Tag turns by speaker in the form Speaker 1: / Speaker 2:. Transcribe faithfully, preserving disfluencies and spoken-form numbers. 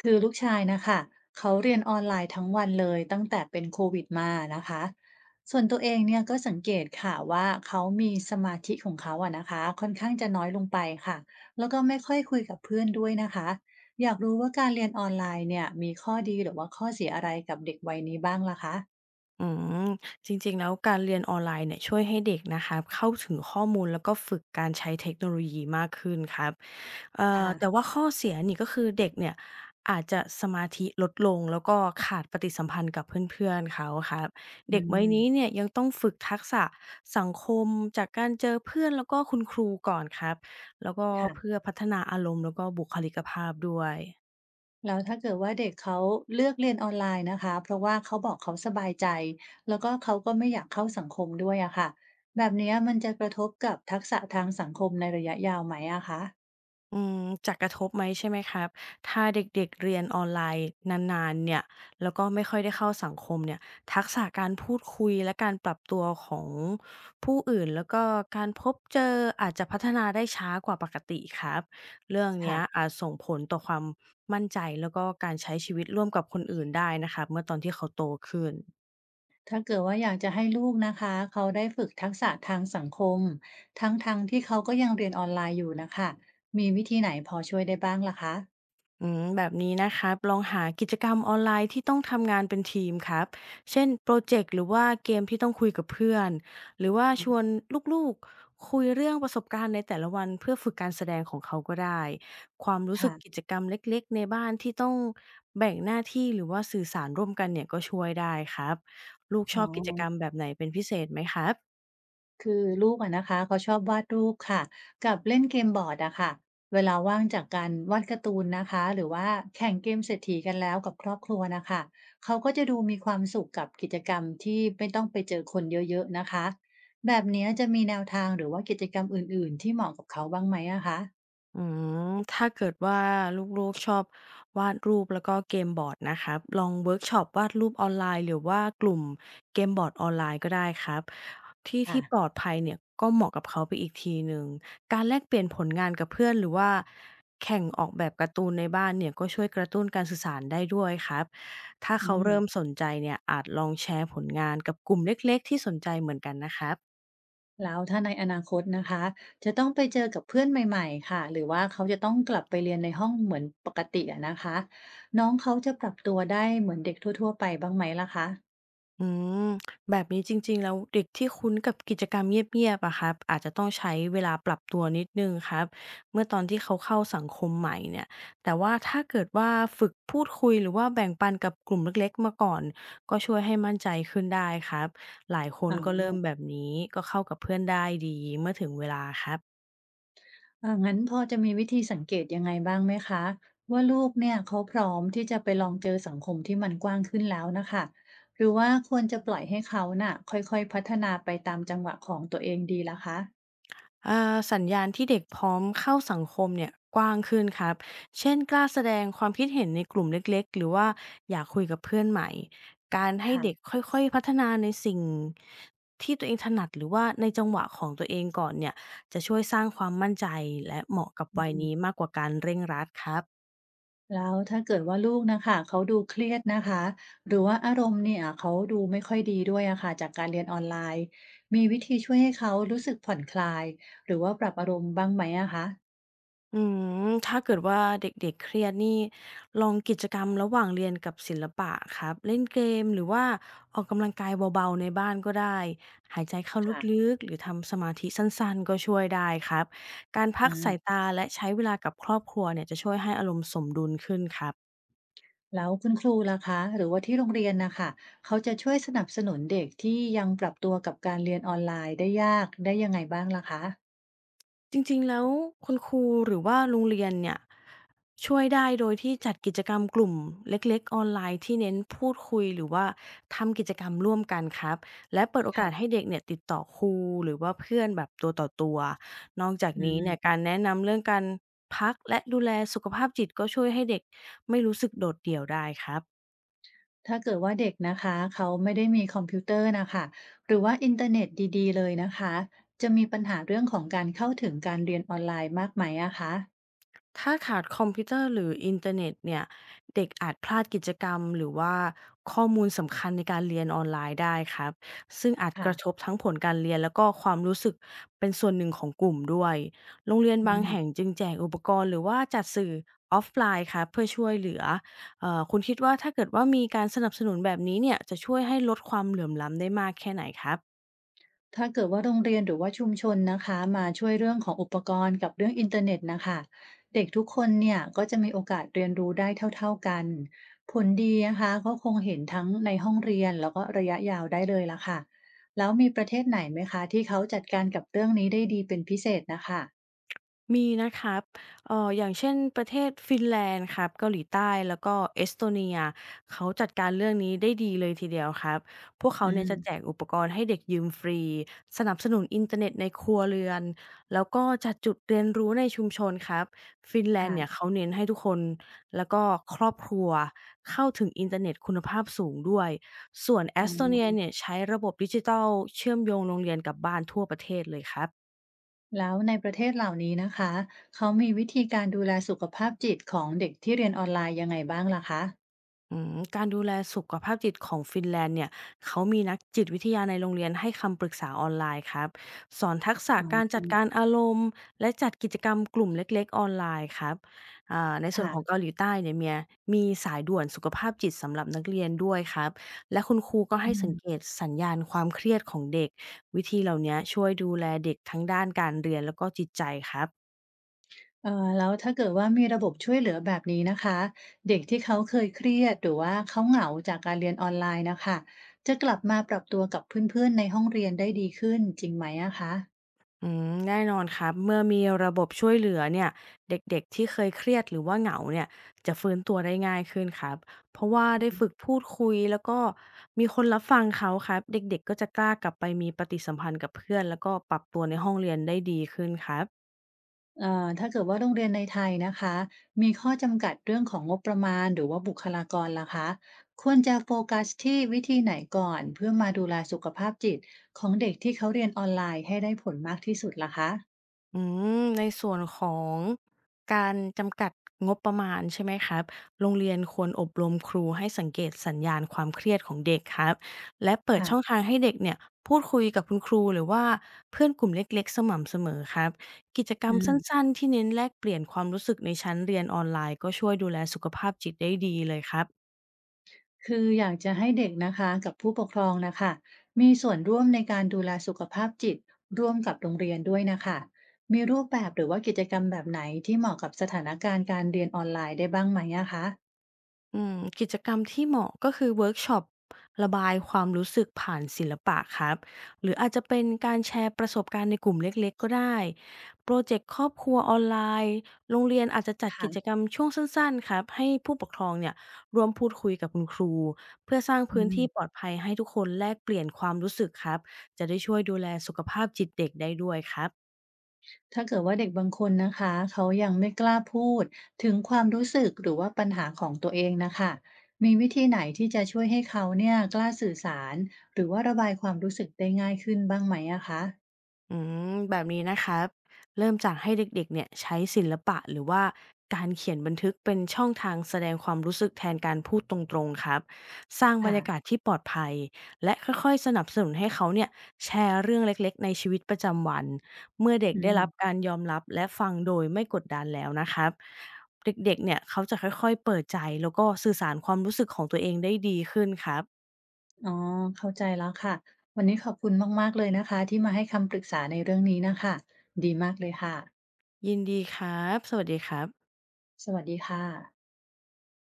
Speaker 1: คือลูกชายนะคะเขาเรียนออนไลน์ทั้งวันเลยตั้งแต่เป็นโควิดมานะคะส่วนตัวเองเนี่ยก็สังเกตค่ะว่าเขามีสมาธิของเขาอะนะคะค่อนข้างจะน้อยลงไปค่ะแล้วก็ไม่ค่อยคุยกับเพื่อนด้วยนะคะอยากรู้ว่าการเรียนออนไลน์เนี่ยมีข้อดีหรือว่าข้อเสียอะไรกับเด็กวัยนี้บ้างล่ะคะ
Speaker 2: อืมจริงๆแล้วการเรียนออนไลน์เนี่ยช่วยให้เด็กนะคะเข้าถึงข้อมูลแล้วก็ฝึกการใช้เทคโนโลยีมากขึ้นครับเอ่อแต่
Speaker 1: ค่ะ
Speaker 2: ว่าข้อเสียนี่ก็คือเด็กเนี่ยอาจจะสมาธิลดลงแล้วก็ขาดปฏิสัมพันธ์กับเพื่อนๆเขาครับ
Speaker 1: อื
Speaker 2: เด็กวัยนี้เนี่
Speaker 1: ม
Speaker 2: ยยังต้องฝึกทักษะสังคมจากการเจอเพื่อนแล้วก็คุณครูก่อนครับแล้วก็เพื่อ
Speaker 1: ค่ะ
Speaker 2: พัฒนาอารมณ์แล้วก็บุคลิกภาพด้วย
Speaker 1: แล้วถ้าเกิดว่าเด็กเขาเลือกเรียนออนไลน์นะคะเพราะว่าเขาบอกเขาสบายใจแล้วก็เขาก็ไม่อยากเข้าสังคมด้วยอะค่ะแบบเนี้ยมันจะกระทบกับทักษะทางสังคมในระยะยาวไหมอะคะ
Speaker 2: อืมจะกระทบไหมใช่ไหมครับถ้าเด็กๆเรียนออนไลน์นานๆเนี่ยแล้วก็ไม่ค่อยได้เข้าสังคมเนี่ยทักษะการพูดคุยและการปรับตัวของผู้อื่นแล้วก็การพบเจออาจจะพัฒนาได้ช้ากว่าปกติครับเรื่อง
Speaker 1: ค่ะ
Speaker 2: เนี้ยอาจส่งผลต่อความมั่นใจแล้วก็การใช้ชีวิตร่วมกับคนอื่นได้นะครับเมื่อตอนที่เขาโตขึ้น
Speaker 1: ถ้าเกิดว่าอยากจะให้ลูกนะคะเขาได้ฝึกทักษะทางสังคมทั้งๆทที่เขาก็ยังเรียนออนไลน์อยู่นะคะมีวิธีไหนพอช่วยได้บ้างล่ะคะ
Speaker 2: อืมแบบนี้นะครับลองหากิจกรรมออนไลน์ที่ต้องทำงานเป็นทีมครับเช่นโปรเจกต์หรือว่าเกมที่ต้องคุยกับเพื่อนหรือว่า
Speaker 1: อื
Speaker 2: ชวน
Speaker 1: ม
Speaker 2: ลูกๆคุยเรื่องประสบการณ์ในแต่ละวันเพื่อฝึกการแสดงของเขาก็ได้ความรู้สึ
Speaker 1: ค่ะ
Speaker 2: กกิจกรรมเล็กๆในบ้านที่ต้องแบ่งหน้าที่หรือว่าสื่อสารร่วมกันเนี่ยก็ช่วยได้ครับลูกช
Speaker 1: อ๋อ
Speaker 2: อบกิจกรรมแบบไหนเป็นพิเศษไหมครับ
Speaker 1: คือลูกอะนะคะเขาชอบวาดรูปค่ะกับเล่นเกมบอร์ดอะค่ะเวลาว่างจากการวาดการ์ตูนนะคะหรือว่าแข่งเกมเศรษฐีกันแล้วกับครอบครัวนะคะเขาก็จะดูมีความสุขกับกิจกรรมที่ไม่ต้องไปเจอคนเยอะๆนะคะแบบเนี้ยจะมีแนวทางหรือว่ากิจกรรมอื่นๆที่เหมาะกับเขาบ้างไหมอะคะ
Speaker 2: อืมถ้าเกิดว่าลูกๆชอบวาดรูปแล้วก็เกมบอร์ดนะครับลองเวิร์กช็อปวาดรูปออนไลน์หรือว่ากลุ่มเกมบอร์ดออนไลน์ก็ได้ครับที่
Speaker 1: ค่ะ
Speaker 2: ที่ปลอดภัยเนี่ยก็เหมาะกับเขาไปอีกทีหนึ่งการแลกเปลี่ยนผลงานกับเพื่อนหรือว่าแข่งออกแบบการ์ตูนในบ้านเนี่ยก็ช่วยกระตุ้นการสื่อสารได้ด้วยครับถ้า
Speaker 1: อื
Speaker 2: เขาเริ่ม
Speaker 1: ม
Speaker 2: สนใจเนี่ยอาจลองแชร์ผลงานกับกลุ่มเล็กๆที่สนใจเหมือนกันนะครับ
Speaker 1: แล้วถ้าในอนาคตนะคะจะต้องไปเจอกับเพื่อนใหม่ๆค่ะหรือว่าเขาจะต้องกลับไปเรียนในห้องเหมือนปกติอะนะคะน้องเขาจะปรับตัวได้เหมือนเด็กทั่วๆไปบ้างไหมล่ะคะ
Speaker 2: อืมแบบนี้จริงๆแล้วเด็กที่คุ้นกับกิจกรรมเงียบๆอะครับอาจจะต้องใช้เวลาปรับตัวนิดหนึ่งครับเมื่อตอนที่เขาเข้าสังคมใหม่เนี่ยแต่ว่าถ้าเกิดว่าฝึกพูดคุยหรือว่าแบ่งปันกับกลุ่มเล็กๆมาก่อนก็ช่วยให้มั่นใจขึ้นได้ครับหลายค
Speaker 1: อ๋
Speaker 2: น
Speaker 1: อ
Speaker 2: ก็เริ่มแบบนี้ก็เข้ากับเพื่อนได้ดีเมื่อถึงเวลาครับ
Speaker 1: อ่างั้นพอจะมีวิธีสังเกตยังไงบ้างไหมคะว่าลูกเนี่ยเขาพร้อมที่จะไปลองเจอสังคมที่มันกว้างขึ้นแล้วนะคะหรือว่าควรจะปล่อยให้เขาน่ะค่อยๆพัฒนาไปตามจังหวะของตัวเองดีล่ะคะ
Speaker 2: อ่าสัญญาณที่เด็กพร้อมเข้าสังคมเนี่ยกว้างขึ้นครับเช่นกล้าแสดงความคิดเห็นในกลุ่มเล็กๆหรือว่าอยากคุยกับเพื่อนใหม่ การให้เด็ก
Speaker 1: ค่ะ
Speaker 2: ค่อยๆพัฒนาในสิ่งที่ตัวเองถนัดหรือว่าในจังหวะของตัวเองก่อนเนี่ยจะช่วยสร้างความมั่นใจและเหมาะกับวัยนี้มากกว่าการเร่งรัดครับ
Speaker 1: แล้วถ้าเกิดว่าลูกนะคะเขาดูเครียดนะคะหรือว่าอารมณ์เนี่ยเขาดูไม่ค่อยดีด้วยอะค่ะจากการเรียนออนไลน์มีวิธีช่วยให้เขารู้สึกผ่อนคลายหรือว่าปรับอารมณ์บ้างไหมอะคะ
Speaker 2: อืมถ้าเกิดว่าเด็กๆเครียดนี่ลองกิจกรรมระหว่างเรียนกับศิลปะครับเล่นเกมหรือว่าออกกำลังกายเบาๆในบ้านก็ได้หายใจเข้า
Speaker 1: ค่ะ
Speaker 2: ลึกๆหรือทำสมาธิสั้นๆก็ช่วยได้ครับการพั
Speaker 1: อื
Speaker 2: ก
Speaker 1: ม
Speaker 2: สายตาและใช้เวลากับครอบครัวเนี่ยจะช่วยให้อารมณ์สมดุลขึ้นครับ
Speaker 1: แล้วคุณครูล่ะคะหรือว่าที่โรงเรียนนะคะเขาจะช่วยสนับสนุนเด็กที่ยังปรับตัวกับการเรียนออนไลน์ได้ยากได้ยังไงบ้างล่ะคะ
Speaker 2: จริงๆแล้วคุณครูหรือว่าโรงเรียนเนี่ยช่วยได้โดยที่จัดกิจกรรมกลุ่มเล็กๆออนไลน์ที่เน้นพูดคุยหรือว่าทำกิจกรรมร่วมกันครับและเปิดโอกาส
Speaker 1: ค่ะ
Speaker 2: ให้เด็กเนี่ยติดต่อครูหรือว่าเพื่อนแบบตัวต่อตัวนอกจาก
Speaker 1: อื
Speaker 2: นี้เนี่ย
Speaker 1: ม
Speaker 2: การแนะนำเรื่องการพักและดูแลสุขภาพจิตก็ช่วยให้เด็กไม่รู้สึกโดดเดี่ยวได้ครับ
Speaker 1: ถ้าเกิดว่าเด็กนะคะเขาไม่ได้มีคอมพิวเตอร์นะคะหรือว่าอินเทอร์เน็ตดีๆเลยนะคะจะมีปัญหาเรื่องของการเข้าถึงการเรียนออนไลน์มากไหมอะคะ
Speaker 2: ถ้าขาดคอมพิวเตอร์หรืออินเทอร์เน็ตเนี่ยเด็กอาจพลาดกิจกรรมหรือว่าข้อมูลสำคัญในการเรียนออนไลน์ได้ครับซึ่งอาจกระท
Speaker 1: ค่ะ
Speaker 2: บทั้งผลการเรียนแล้วก็ความรู้สึกเป็นส่วนหนึ่งของกลุ่มด้วยโรงเรียน
Speaker 1: อื
Speaker 2: บางแห่ง
Speaker 1: ม
Speaker 2: จึงแจกอุปกรณ์หรือว่าจัดสื่อออฟไลน์ครับเพื่อช่วยเหลือเออคุณคิดว่าถ้าเกิดว่ามีการสนับสนุนแบบนี้เนี่ยจะช่วยให้ลดความเหลื่อมล้ำได้มากแค่ไหนครับ
Speaker 1: ถ้าเกิดว่าโรงเรียนหรือว่าชุมชนนะคะมาช่วยเรื่องของอุปกรณ์กับเรื่องอินเทอร์เน็ตนะคะเด็กทุกคนเนี่ยก็จะมีโอกาสเรียนรู้ได้เท่าๆกันผลดีนะคะก็คงเห็นทั้งในห้องเรียนแล้วก็ระยะยาวได้เลยละค่ะแล้วมีประเทศไหนไหมคะที่เขาจัดการกับเรื่องนี้ได้ดีเป็นพิเศษนะคะ
Speaker 2: มีนะครับเอ่ออย่างเช่นประเทศฟินแลนด์ครับเกาหลีใต้แล้วก็เอสโตเนียเขาจัดการเรื่องนี้ได้ดีเลยทีเดียวครับ พวกเขา
Speaker 1: อื
Speaker 2: เนี่ยจะแจ
Speaker 1: ม
Speaker 2: กอุปกรณ์ให้เด็กยืมฟรีสนับสนุนอินเทอร์เน็ตในครัวเรือนแล้วก็จัดจุดเรียนรู้ในชุมชนครับฟินแลนด์เนี่ย
Speaker 1: ค่ะ
Speaker 2: เขาเน้นให้ทุกคนแล้วก็ครอบครัวเข้าถึงอินเทอร์เน็ตคุณภาพสูงด้วยส่วนเอ
Speaker 1: อ๋
Speaker 2: สโตเนีย
Speaker 1: อ
Speaker 2: เนี่ยใช้ระบบดิจิทัลเชื่อมโยงโรงเรียนกับบ้านทั่วประเทศเลยครับ
Speaker 1: แล้วในประเทศเหล่านี้นะคะเขามีวิธีการดูแลสุขภาพจิตของเด็กที่เรียนออนไลน์ยังไงบ้างล่ะคะ
Speaker 2: อืมการดูแลสุขภาพจิตของฟินแลนด์เนี่ยเขามีนักจิตวิทยาในโรงเรียนให้คำปรึกษาออนไลน์ครับสอนทักษะ
Speaker 1: อ๋
Speaker 2: การ
Speaker 1: อ
Speaker 2: จัดการอารมณ์และจัดกิจกรรมกลุ่มเล็กๆออนไลน์ครับอ่าในส่วนของเกา
Speaker 1: ค่ะ
Speaker 2: หลีใต้เนี่ยเมียมีสายด่วนสุขภาพจิตสำหรับนักเรียนด้วยครับและคุณครูก็
Speaker 1: อื
Speaker 2: ให้
Speaker 1: ม
Speaker 2: สังเกตสัญญาณความเครียดของเด็กวิธีเหล่านี้ช่วยดูแลเด็กทั้งด้านการเรียนแล้วก็จิตใจครับ
Speaker 1: เอ่อแล้วถ้าเกิดว่ามีระบบช่วยเหลือแบบนี้นะคะเด็กที่เขาเคยเครียดหรือว่าเขาเหงาจากการเรียนออนไลน์นะคะจะกลับมาปรับตัวกับเพื่อนๆในห้องเรียนได้ดีขึ้นจริงไหมอะคะ
Speaker 2: อืมแน่นอนครับเมื่อมีระบบช่วยเหลือเนี่ยเด็กๆที่เคยเครียดหรือว่าเหงาเนี่ยจะฟื้นตัวได้ง่ายขึ้นครับเพราะว่าได้ฝึกพูดคุยแล้วก็มีคนรับฟังเขาครับเด็กๆก็จะกล้ากลับไปมีปฏิสัมพันธ์กับเพื่อนแล้วก็ปรับตัวในห้องเรียนได้ดีขึ้นครับ
Speaker 1: เอ่อถ้าเกิดว่าโรงเรียนในไทยนะคะมีข้อจำกัดเรื่องของงบประมาณหรือว่าบุคลากรล่ะคะควรจะโฟกัสที่วิธีไหนก่อนเพื่อมาดูแลสุขภาพจิตของเด็กที่เขาเรียนออนไลน์ให้ได้ผลมากที่สุดล่ะคะ
Speaker 2: อืมในส่วนของการจำกัดงบประมาณใช่ไหมครับโรงเรียนควรอบรมครูให้สังเกตสัญญาณความเครียดของเด็กครับและเปิดช่อง
Speaker 1: ค่ะ
Speaker 2: ทางให้เด็กเนี่ยพูดคุยกับคุณครูหรือว่าเพื่อนกลุ่มเล็กๆสม่ำเสมอครับกิจกรร
Speaker 1: อื
Speaker 2: ม
Speaker 1: ม
Speaker 2: สั้นๆที่เน้นแลกเปลี่ยนความรู้สึกในชั้นเรียนออนไลน์ก็ช่วยดูแลสุขภาพจิตได้ดีเลยครับ
Speaker 1: คืออยากจะให้เด็กนะคะกับผู้ปกครองนะคะมีส่วนร่วมในการดูแลสุขภาพจิตร่วมกับโรงเรียนด้วยนะคะมีรูปแบบหรือว่ากิจกรรมแบบไหนที่เหมาะกับสถานการณ์การเรียนออนไลน์ได้บ้างไหมอะคะ
Speaker 2: อืมกิจกรรมที่เหมาะก็คือเวิร์กช็อประบายความรู้สึกผ่านศิลปะครับหรืออาจจะเป็นการแชร์ประสบการณ์ในกลุ่มเล็กๆก็ได้โปรเจกต์ครอบครัวออนไลน์โรงเรียนอาจจะจัดกิจ
Speaker 1: ค่ะ
Speaker 2: กรรมช่วงสั้นๆครับให้ผู้ปกครองเนี่ยร่วมพูดคุยกับคุณครูเพื่อสร้าง
Speaker 1: อื
Speaker 2: พื้น
Speaker 1: ม
Speaker 2: ที่ปลอดภัยให้ทุกคนแลกเปลี่ยนความรู้สึกครับจะได้ช่วยดูแลสุขภาพจิตเด็กได้ด้วยครับ
Speaker 1: ถ้าเกิดว่าเด็กบางคนนะคะเขายังไม่กล้าพูดถึงความรู้สึกหรือว่าปัญหาของตัวเองนะคะมีวิธีไหนที่จะช่วยให้เขาเนี่ยกล้าสื่อสารหรือว่าระบายความรู้สึกได้ง่ายขึ้นบ้างไหมอะคะ
Speaker 2: อืมแบบนี้นะครับเริ่มจากให้เด็กๆเนี่ยใช้ศิลปะหรือว่าการเขียนบันทึกเป็นช่องทางแสดงความรู้สึกแทนการพูดตรงๆครับสร้างบร
Speaker 1: ค่ะ
Speaker 2: รยากาศที่ปลอดภัยและค่อยๆสนับสนุนให้เขาเนี่ยแชร์เรื่องเล็กๆในชีวิตประจำวันเมื่อเด็ก
Speaker 1: อื
Speaker 2: ได้รับ
Speaker 1: ม
Speaker 2: การยอมรับและฟังโดยไม่กดดันแล้วนะครับเด็กๆเนี่ยเขาจะค่อยๆเปิดใจแล้วก็สื่อสารความรู้สึกของตัวเองได้ดีขึ้นครับ
Speaker 1: อ๋อเข้าใจแล้วค่ะวันนี้ขอบคุณมากๆเลยนะคะที่มาให้คำปรึกษาในเรื่องนี้นะคะดีมากเลยค่ะ
Speaker 2: ยินดีครับสวัสดีครับ
Speaker 1: สวัสดีค่ะ